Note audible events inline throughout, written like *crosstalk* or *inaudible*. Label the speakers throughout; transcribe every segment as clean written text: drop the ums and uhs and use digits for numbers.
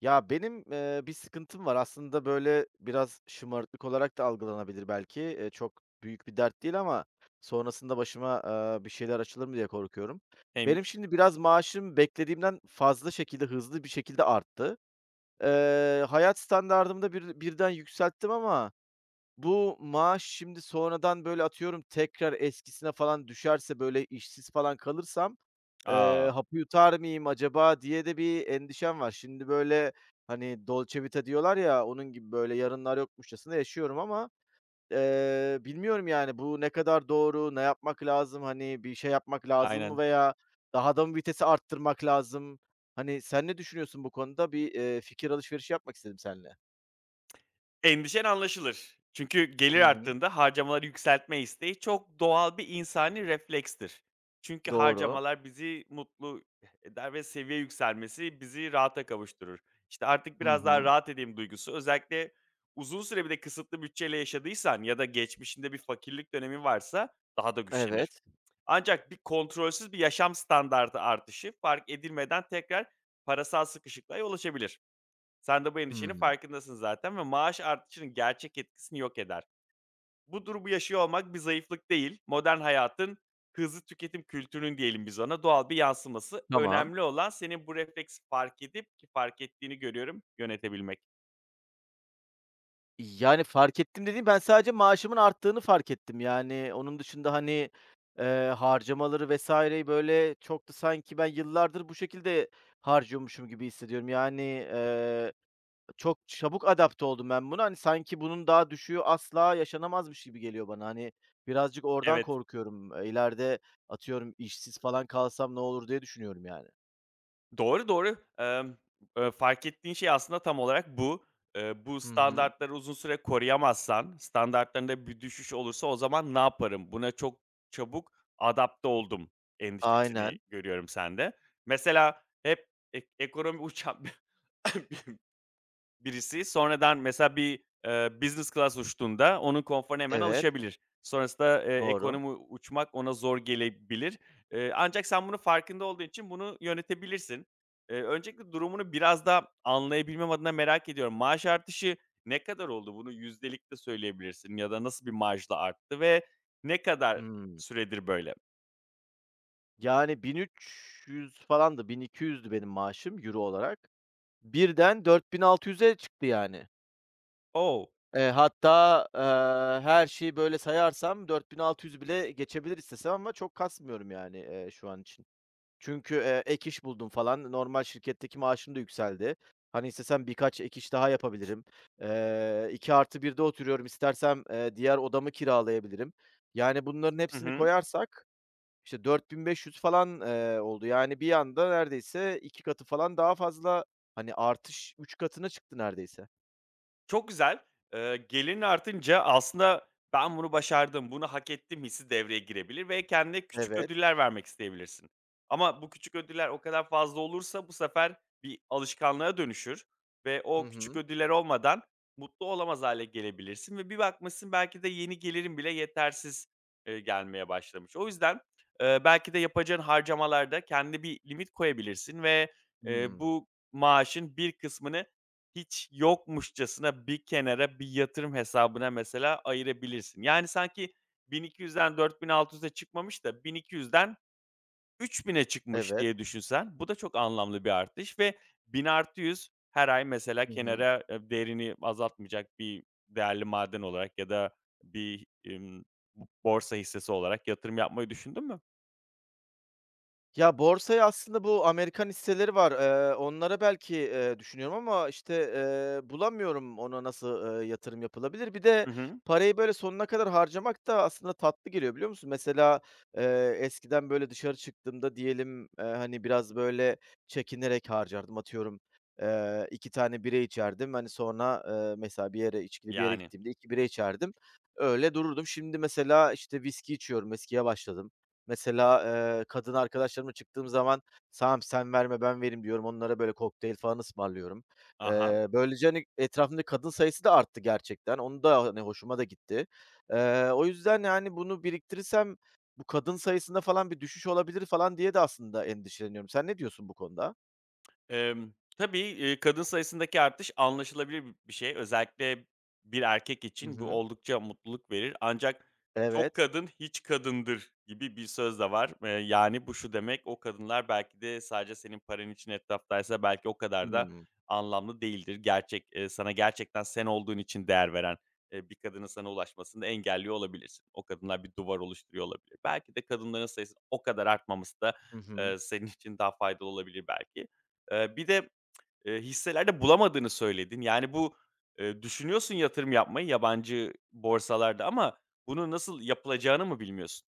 Speaker 1: Ya, benim, bir sıkıntım var. Aslında, böyle, biraz şımarıklık olarak da algılanabilir belki. Çok büyük bir dert değil ama sonrasında başıma, bir şeyler açılır mı diye korkuyorum. Benim
Speaker 2: Neymiş?
Speaker 1: şimdi biraz maaşım beklediğimden fazla şekilde, hızlı bir şekilde arttı. Hayat standardımı da birden yükselttim ama bu maaş şimdi sonradan, böyle, atıyorum, tekrar eskisine falan düşerse, böyle, işsiz falan kalırsam,
Speaker 2: A!
Speaker 1: hapı yutar mıyım acaba diye de bir endişem var. Şimdi, böyle, hani, Dolce Vita diyorlar ya, onun gibi, böyle, yarınlar yokmuşçasına yaşıyorum ama, bilmiyorum, yani, bu ne kadar doğru, ne yapmak lazım, hani, bir şey yapmak lazım mı
Speaker 2: Aynen.
Speaker 1: veya daha da mı vitesi arttırmak lazım? Hani, sen ne düşünüyorsun bu konuda? Bir, fikir alışverişi yapmak istedim seninle.
Speaker 2: Endişen anlaşılır. Çünkü
Speaker 1: Hı
Speaker 2: gelir
Speaker 1: hı.
Speaker 2: arttığında harcamaları yükseltme isteği çok doğal bir insani reflekstir. Çünkü
Speaker 1: Doğru.
Speaker 2: harcamalar bizi mutlu eder ve seviye yükselmesi bizi rahata kavuşturur. İşte, "Artık
Speaker 1: Hı
Speaker 2: biraz daha
Speaker 1: hı.
Speaker 2: rahat edeyim." duygusu özellikle uzun süre bir de kısıtlı bütçeyle yaşadıysan ya da geçmişinde bir fakirlik dönemi varsa daha da güçlenir.
Speaker 1: Evet.
Speaker 2: Ancak bir kontrolsüz bir yaşam standardı artışı fark edilmeden tekrar parasal sıkışıklığa yol açabilir. Sen de bu endişenin
Speaker 1: Hımm.
Speaker 2: farkındasın zaten ve maaş artışının gerçek etkisini yok eder. Bu durumu yaşıyor olmak bir zayıflık değil, modern hayatın hızlı tüketim kültürünün diyelim biz ona doğal bir yansıması.
Speaker 1: Tamam.
Speaker 2: Önemli olan senin bu refleksi fark edip ki fark ettiğini görüyorum, yönetebilmek.
Speaker 1: Yani, fark ettim dediğim, ben sadece maaşımın arttığını fark ettim. Yani, onun dışında, hani, harcamaları vs.'yi böyle çok da sanki ben yıllardır bu şekilde harcıyormuşum gibi hissediyorum. Yani, çok çabuk adapte oldum ben buna. Hani, sanki bunun daha düşüğü asla yaşanamazmış gibi geliyor bana. Hani, birazcık oradan
Speaker 2: Evet.
Speaker 1: korkuyorum. İleride atıyorum işsiz falan kalsam ne olur diye düşünüyorum yani.
Speaker 2: Doğru, doğru. Fark ettiğin şey aslında tam olarak bu. Bu
Speaker 1: Hı hı.
Speaker 2: standartları uzun süre koruyamazsan, standartlarında bir düşüş olursa o zaman ne yaparım? Buna çok çabuk adapte oldum endişesini
Speaker 1: Aynen.
Speaker 2: görüyorum sende. Mesela hep ekonomi uçan *laughs* Birisi sonradan mesela bir, business class uçtuğunda onun konforuna hemen
Speaker 1: Evet.
Speaker 2: alışabilir. Sonrasında,
Speaker 1: Doğru.
Speaker 2: ekonomi uçmak ona zor gelebilir. Ancak sen bunu farkında olduğun için bunu yönetebilirsin. Öncelikle durumunu biraz daha anlayabilmem adına merak ediyorum. Maaş artışı ne kadar oldu? Bunu yüzdelik de söyleyebilirsin ya da nasıl bir marjla arttı ve ne kadar
Speaker 1: Hıı.
Speaker 2: süredir böyle?
Speaker 1: Yani 1300 falandı, 1200'dü benim maaşım euro olarak. Birden 4600'e çıktı yani.
Speaker 2: Oh.
Speaker 1: Hatta, her şeyi böyle sayarsam 4600'ü bile geçebilir istesem ama çok kasmıyorum yani, şu an için. Çünkü, ek iş buldum falan. Normal şirketteki maaşım da yükseldi. Hani, istesem birkaç ek iş daha yapabilirim. 2+1'de oturuyorum, istersem, diğer odamı kiralayabilirim. Yani bunların
Speaker 2: Hı
Speaker 1: hepsini
Speaker 2: hı.
Speaker 1: koyarsak işte 4.500 falan, oldu. Yani bir anda neredeyse iki katı falan daha fazla, hani, artış üç katına çıktı neredeyse.
Speaker 2: Çok güzel. Gelirin artınca aslında ben bunu başardım, bunu hak ettim hissi devreye girebilir ve kendine küçük
Speaker 1: Evet.
Speaker 2: ödüller vermek isteyebilirsin. Ama bu küçük ödüller o kadar fazla olursa bu sefer bir alışkanlığa dönüşür ve
Speaker 1: Hı
Speaker 2: o küçük
Speaker 1: hı.
Speaker 2: ödüller olmadan mutlu olamaz hale gelebilirsin ve bir bakmışsın belki de yeni gelirin bile yetersiz, gelmeye başlamış. O yüzden, belki de yapacağın harcamalarda kendi bir limit koyabilirsin ve,
Speaker 1: Hımm.
Speaker 2: bu maaşın bir kısmını hiç yokmuşçasına bir kenara bir yatırım hesabına mesela ayırabilirsin. Yani sanki 1.200'den 4.600'e çıkmamış da 1.200'den 3.000'e çıkmış
Speaker 1: Evet.
Speaker 2: diye düşünsen bu da çok anlamlı bir artış ve 1.000+100 her ay mesela
Speaker 1: Hı hı.
Speaker 2: kenara, değerini azaltmayacak bir değerli maden olarak ya da bir, borsa hissesi olarak yatırım yapmayı düşündün mü?
Speaker 1: Ya, borsaya aslında bu Amerikan hisseleri var. Onlara belki, düşünüyorum ama, işte, bulamıyorum ona nasıl, yatırım yapılabilir. Bir de
Speaker 2: Hı hı.
Speaker 1: parayı, böyle, sonuna kadar harcamak da aslında tatlı geliyor, biliyor musun? Mesela, eskiden, böyle, dışarı çıktığımda diyelim, hani, biraz, böyle, çekinerek harcardım. Atıyorum, 2 tane bira içerdim. Hani, sonra, mesela bir yere, içkili bir yere
Speaker 2: Yani.
Speaker 1: gittiğimde 2 bira içerdim. Öyle dururdum. Şimdi mesela, işte, viski içiyorum, viskiye başladım. Mesela, kadın arkadaşlarımla çıktığım zaman, "Tamam, sen verme, ben vereyim." diyorum. Onlara böyle kokteyl falan ısmarlıyorum.
Speaker 2: Ha.
Speaker 1: Böylece, hani, etrafımdaki kadın sayısı da arttı gerçekten. Onu da, hani, hoşuma da gitti. O yüzden, yani, bunu biriktirirsem bu kadın sayısında falan bir düşüş olabilir falan diye de aslında endişeleniyorum. Sen ne diyorsun bu konuda?
Speaker 2: Emm, tabii, kadın sayısındaki artış anlaşılabilir bir şey. Özellikle bir erkek
Speaker 1: Hı
Speaker 2: için bu
Speaker 1: hı.
Speaker 2: oldukça mutluluk verir. Ancak "Çok
Speaker 1: Evet.
Speaker 2: kadın hiç kadındır." gibi bir söz de var. Yani bu şu demek, o kadınlar belki de sadece senin paran için etraftaysa belki o kadar da
Speaker 1: Hımm.
Speaker 2: anlamlı değildir. Gerçek, sana gerçekten sen olduğun için değer veren, bir kadının sana ulaşmasını engelliyor olabilirsin. O kadınlar bir duvar oluşturuyor olabilir. Belki de kadınların sayısının o kadar artmaması da,
Speaker 1: Hı hı.
Speaker 2: senin için daha faydalı olabilir belki. Bir de, hisselerde bulamadığını söyledin. Yani, bu, düşünüyorsun yatırım yapmayı yabancı borsalarda ama bunu nasıl yapılacağını mı bilmiyorsun?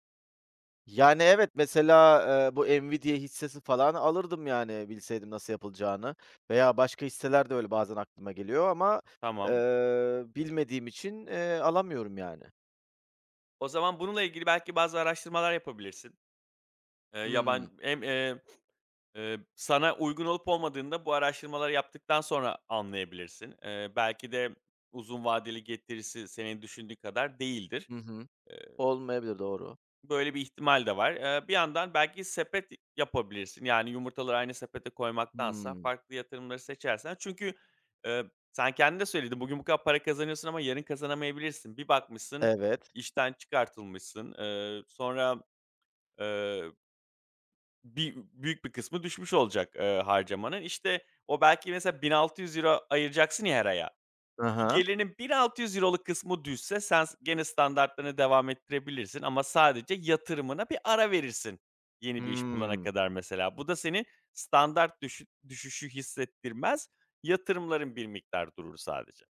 Speaker 1: Yani, evet, mesela, bu Nvidia hissesi falan alırdım, yani, bilseydim nasıl yapılacağını veya başka hisseler de öyle bazen aklıma geliyor ama,
Speaker 2: Tamam.
Speaker 1: bilmediğim için, alamıyorum, yani.
Speaker 2: O zaman bununla ilgili belki bazı araştırmalar yapabilirsin. Eee,
Speaker 1: Hımm.
Speaker 2: yaban hem, eee, sana uygun olup olmadığını da bu araştırmaları yaptıktan sonra anlayabilirsin. Belki de uzun vadeli getirisi senin düşündüğün kadar değildir.
Speaker 1: Hı hı. Olmayabilir, doğru.
Speaker 2: Böyle bir ihtimal de var. Bir yandan belki sepet yapabilirsin. Yani, yumurtaları aynı sepete koymaktansa
Speaker 1: Hımm.
Speaker 2: farklı yatırımları seçersen çünkü, eee, sen kendin de söyledin, bugün bu kadar para kazanıyorsun ama yarın kazanamayabilirsin. Bir bakmışsın,
Speaker 1: Evet.
Speaker 2: işten çıkartılmışsın. Sonra, eee, büyük bir kısmı düşmüş olacak, harcamanın. İşte, o belki mesela €1.600 ayıracaksın ya her aya.
Speaker 1: Hı hı.
Speaker 2: Gelirinin €1.600'luk kısmı düşse sen gene standartlarına devam ettirebilirsin ama sadece yatırımına bir ara verirsin yeni bir iş bulana
Speaker 1: Hmm.
Speaker 2: kadar mesela. Bu da seni standart düşüşü hissettirmez. Yatırımların bir miktar durur sadece.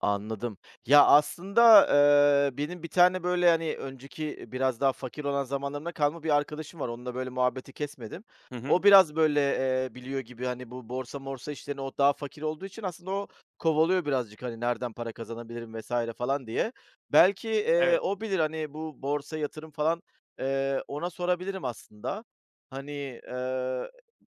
Speaker 1: Anladım. Ya, aslında, benim bir tane, böyle, hani, önceki biraz daha fakir olan zamanlarımdan kalma bir arkadaşım var. Onunla, böyle, muhabbeti kesmedim.
Speaker 2: Hı
Speaker 1: O
Speaker 2: hı.
Speaker 1: biraz, böyle, biliyor gibi, hani, bu borsa morsa işlerini o daha fakir olduğu için aslında o kovalıyor birazcık, hani, nereden para kazanabilirim vesaire falan diye. Belki,
Speaker 2: Evet,
Speaker 1: o bilir, hani, bu borsa, yatırım falan, ona sorabilirim aslında. Hani,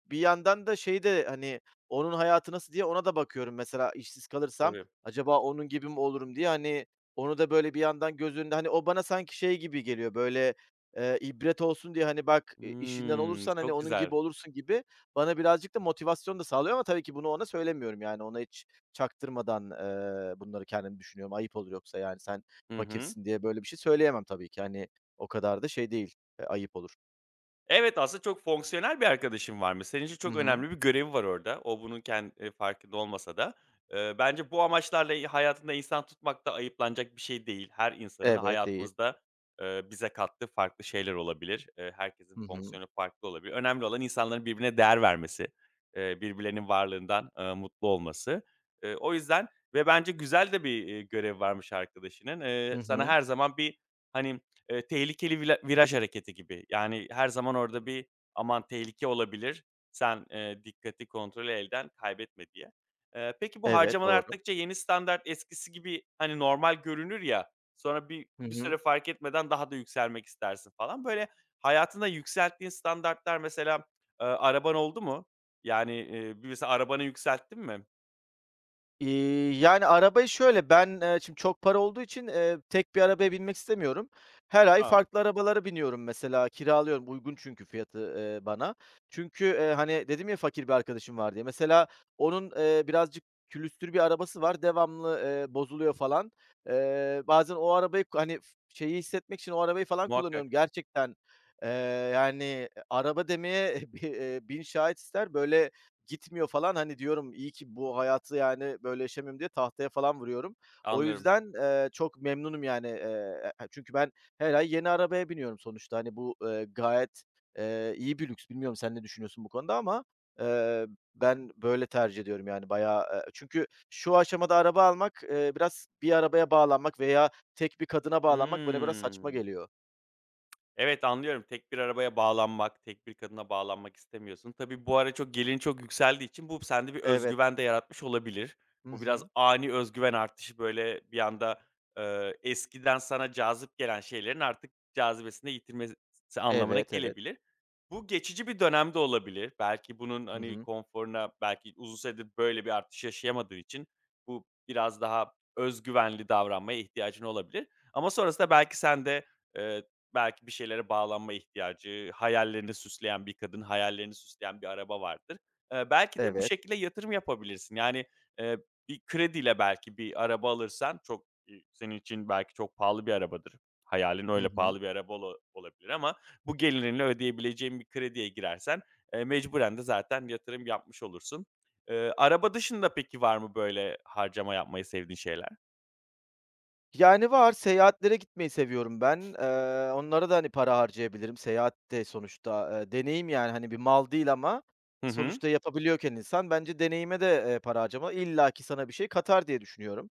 Speaker 1: bir yandan da şey de, hani, onun hayatı nasıl diye ona da bakıyorum mesela işsiz kalırsam
Speaker 2: tabii.
Speaker 1: acaba onun gibi mi olurum diye, hani, onu da böyle bir yandan göz önünde. Hani, o bana sanki şey gibi geliyor, böyle, ibret olsun diye, hani, "Bak, işinden
Speaker 2: Hımm,
Speaker 1: olursan, hani,
Speaker 2: çok
Speaker 1: onun
Speaker 2: güzel.
Speaker 1: gibi olursun." gibi bana birazcık da motivasyon da sağlıyor ama tabii ki bunu ona söylemiyorum, yani, ona hiç çaktırmadan, bunları kendim düşünüyorum. Ayıp olur yoksa, yani, "Sen
Speaker 2: Hı hı.
Speaker 1: fakirsin." diye böyle bir şey söyleyemem tabii ki. Hani, o kadar da şey değil, ayıp olur.
Speaker 2: Evet, aslında çok fonksiyonel bir arkadaşın varmış. Senin için
Speaker 1: Hı
Speaker 2: çok
Speaker 1: hı.
Speaker 2: önemli bir görevi var orada. O bunun kendi farkında olmasa da. Bence bu amaçlarla hayatında insan tutmak da ayıplanacak bir şey değil. Her insanın
Speaker 1: Evet, değil.
Speaker 2: hayatımızda, bize kattığı farklı şeyler olabilir. Herkesin
Speaker 1: Hı hı.
Speaker 2: fonksiyonu farklı olabilir. Önemli olan insanların birbirine değer vermesi, birbirlerinin varlığından, mutlu olması. O yüzden ve bence güzel de bir, görevi varmış arkadaşının.
Speaker 1: Hı
Speaker 2: Sana
Speaker 1: hı.
Speaker 2: her zaman bir, hani, tehlikeli viraj hareketi gibi. Yani, her zaman orada bir, "Aman tehlike olabilir, sen, dikkati kontrolü elden kaybetme." diye. Peki bu
Speaker 1: Evet,
Speaker 2: harcamalar
Speaker 1: doğru.
Speaker 2: arttıkça yeni standart eskisi gibi, hani, normal görünür ya, sonra
Speaker 1: Hı
Speaker 2: bir
Speaker 1: hı.
Speaker 2: süre fark etmeden daha da yükselmek istersin falan. Böyle hayatında yükselttiğin standartlar mesela, araban oldu mu? Yani, bir mesela arabanı yükselttin mi?
Speaker 1: İii, yani, arabayı şöyle, ben, şimdi çok para olduğu için, tek bir arabaya binmek istemiyorum. Her ay
Speaker 2: A!
Speaker 1: farklı arabalara biniyorum mesela, kiralıyorum. Uygun çünkü fiyatı, bana. Çünkü, hani, dedim ya fakir bir arkadaşım var diye. Mesela onun, birazcık külüstür bir arabası var. Devamlı, bozuluyor falan. Bazen o arabayı, hani, şeyi hissetmek için o arabayı falan
Speaker 2: Muhakkak.
Speaker 1: kullanıyorum. Gerçekten, eee, yani, araba demeye *laughs* bi bin şahit ister. Böyle, gitmiyor falan. Hani, diyorum, iyi ki bu hayatı, yani, böyle yaşamıyorum diye tahtaya falan vuruyorum. O
Speaker 2: Anlıyorum.
Speaker 1: yüzden, çok memnunum, yani. Çünkü ben her ay yeni arabaya biniyorum sonuçta. Hani, bu, gayet, iyi bir lüks. Bilmiyorum sen ne düşünüyorsun bu konuda ama, eee, ben böyle tercih ediyorum, yani, bayağı, çünkü şu aşamada araba almak, biraz bir arabaya bağlanmak veya tek bir kadına bağlanmak bana biraz saçma
Speaker 2: Hıı.
Speaker 1: geliyor.
Speaker 2: Evet, anlıyorum. Tek bir arabaya bağlanmak, tek bir kadına bağlanmak istemiyorsun. Tabii bu ara çok gelin çok yükseldiği için bu sende bir
Speaker 1: Evet.
Speaker 2: özgüven de yaratmış olabilir.
Speaker 1: Hı
Speaker 2: Bu biraz
Speaker 1: hı.
Speaker 2: ani özgüven artışı, böyle, bir anda, eskiden sana cazip gelen şeylerin artık cazibesini yitirmesi anlamına
Speaker 1: Evet, evet.
Speaker 2: gelebilir. Bu geçici bir dönem de olabilir. Belki bunun,
Speaker 1: Hı
Speaker 2: hani,
Speaker 1: hı.
Speaker 2: konforuna belki uzun süredir böyle bir artış yaşayamadığı için bu biraz daha özgüvenli davranmaya ihtiyacın olabilir ama sonrasında belki sen de, belki bir şeylere bağlanma ihtiyacı, hayallerini süsleyen bir kadın, hayallerini süsleyen bir araba vardır. Belki de bu
Speaker 1: Evet.
Speaker 2: şekilde yatırım yapabilirsin. Yani, eee, bir krediyle belki bir araba alırsan çok, senin için belki çok pahalı bir arabadır. Hayalin
Speaker 1: Hı
Speaker 2: öyle
Speaker 1: hı.
Speaker 2: pahalı bir araba olabilir ama bu gelirinle ödeyebileceğin bir krediye girersen, mecburen de zaten yatırım yapmış olursun. Araba dışında peki var mı böyle harcama yapmayı sevdiğin şeyler?
Speaker 1: Yani var, seyahatlere gitmeyi seviyorum ben. Onlara da, hani, para harcayabilirim. Seyahat de sonuçta, deneyim, yani, hani, bir mal değil ama
Speaker 2: Hı hı.
Speaker 1: sonuçta yapabiliyorken insan bence deneyime de, para harcaman illaki sana bir şey katar diye düşünüyorum.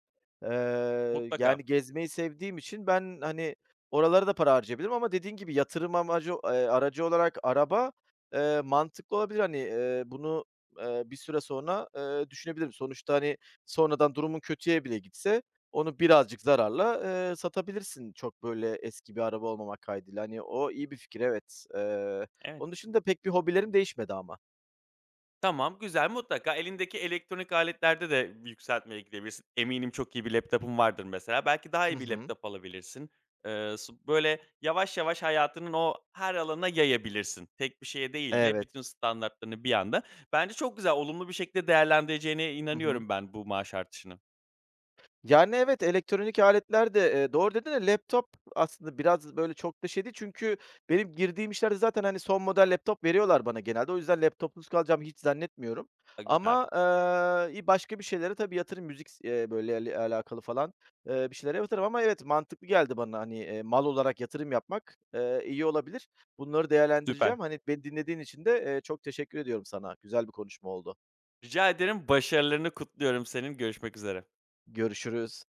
Speaker 2: Mutlaka.
Speaker 1: Yani gezmeyi sevdiğim için ben, hani, oralara da para harcayabilirim ama dediğin gibi yatırım amacı aracı olarak araba, mantıklı olabilir. Hani, bunu, bir süre sonra, düşünebilirim. Sonuçta, hani, sonradan durumun kötüye bile gitse onu birazcık zararla, satabilirsin çok böyle eski bir araba olmamak kaydıyla. Hani, o iyi bir fikir, evet.
Speaker 2: Evet.
Speaker 1: Onun dışında pek bir hobilerim değişmedi ama.
Speaker 2: Tamam, güzel. Mutlaka elindeki elektronik aletlerde de yükseltmeye gidebilirsin. Eminim çok iyi bir laptop'un vardır mesela. Belki daha
Speaker 1: Hı
Speaker 2: iyi bir
Speaker 1: hı.
Speaker 2: laptop alabilirsin. S böyle yavaş yavaş hayatının o her alanına yayabilirsin. Tek bir şeye değil de
Speaker 1: Evet.
Speaker 2: bütün standartlarını bir anda. Bence çok güzel, olumlu bir şekilde değerlendireceğine
Speaker 1: Hı hı.
Speaker 2: inanıyorum ben bu maaş artışını.
Speaker 1: Yani, evet, elektronik aletler de, doğru dedin de laptop aslında biraz, böyle, çok da şey değil çünkü benim girdiğim işlerde zaten, hani, son model laptop veriyorlar bana genelde. O yüzden laptopsuz kalacağımı hiç zannetmiyorum
Speaker 2: A, güzel,
Speaker 1: ama, başka bir şeylere tabii yatırım. Müzik s Böyle, alakalı falan, bir şeylere yatırım ama evet, mantıklı geldi bana, hani, mal olarak yatırım yapmak, iyi olabilir. Bunları
Speaker 2: süper.
Speaker 1: değerlendireceğim. Hani, beni dinlediğin için de, çok teşekkür ediyorum sana. Güzel bir konuşma oldu.
Speaker 2: Rica ederim, başarılarını kutluyorum senin. Görüşmek üzere.
Speaker 1: Görüşürüz.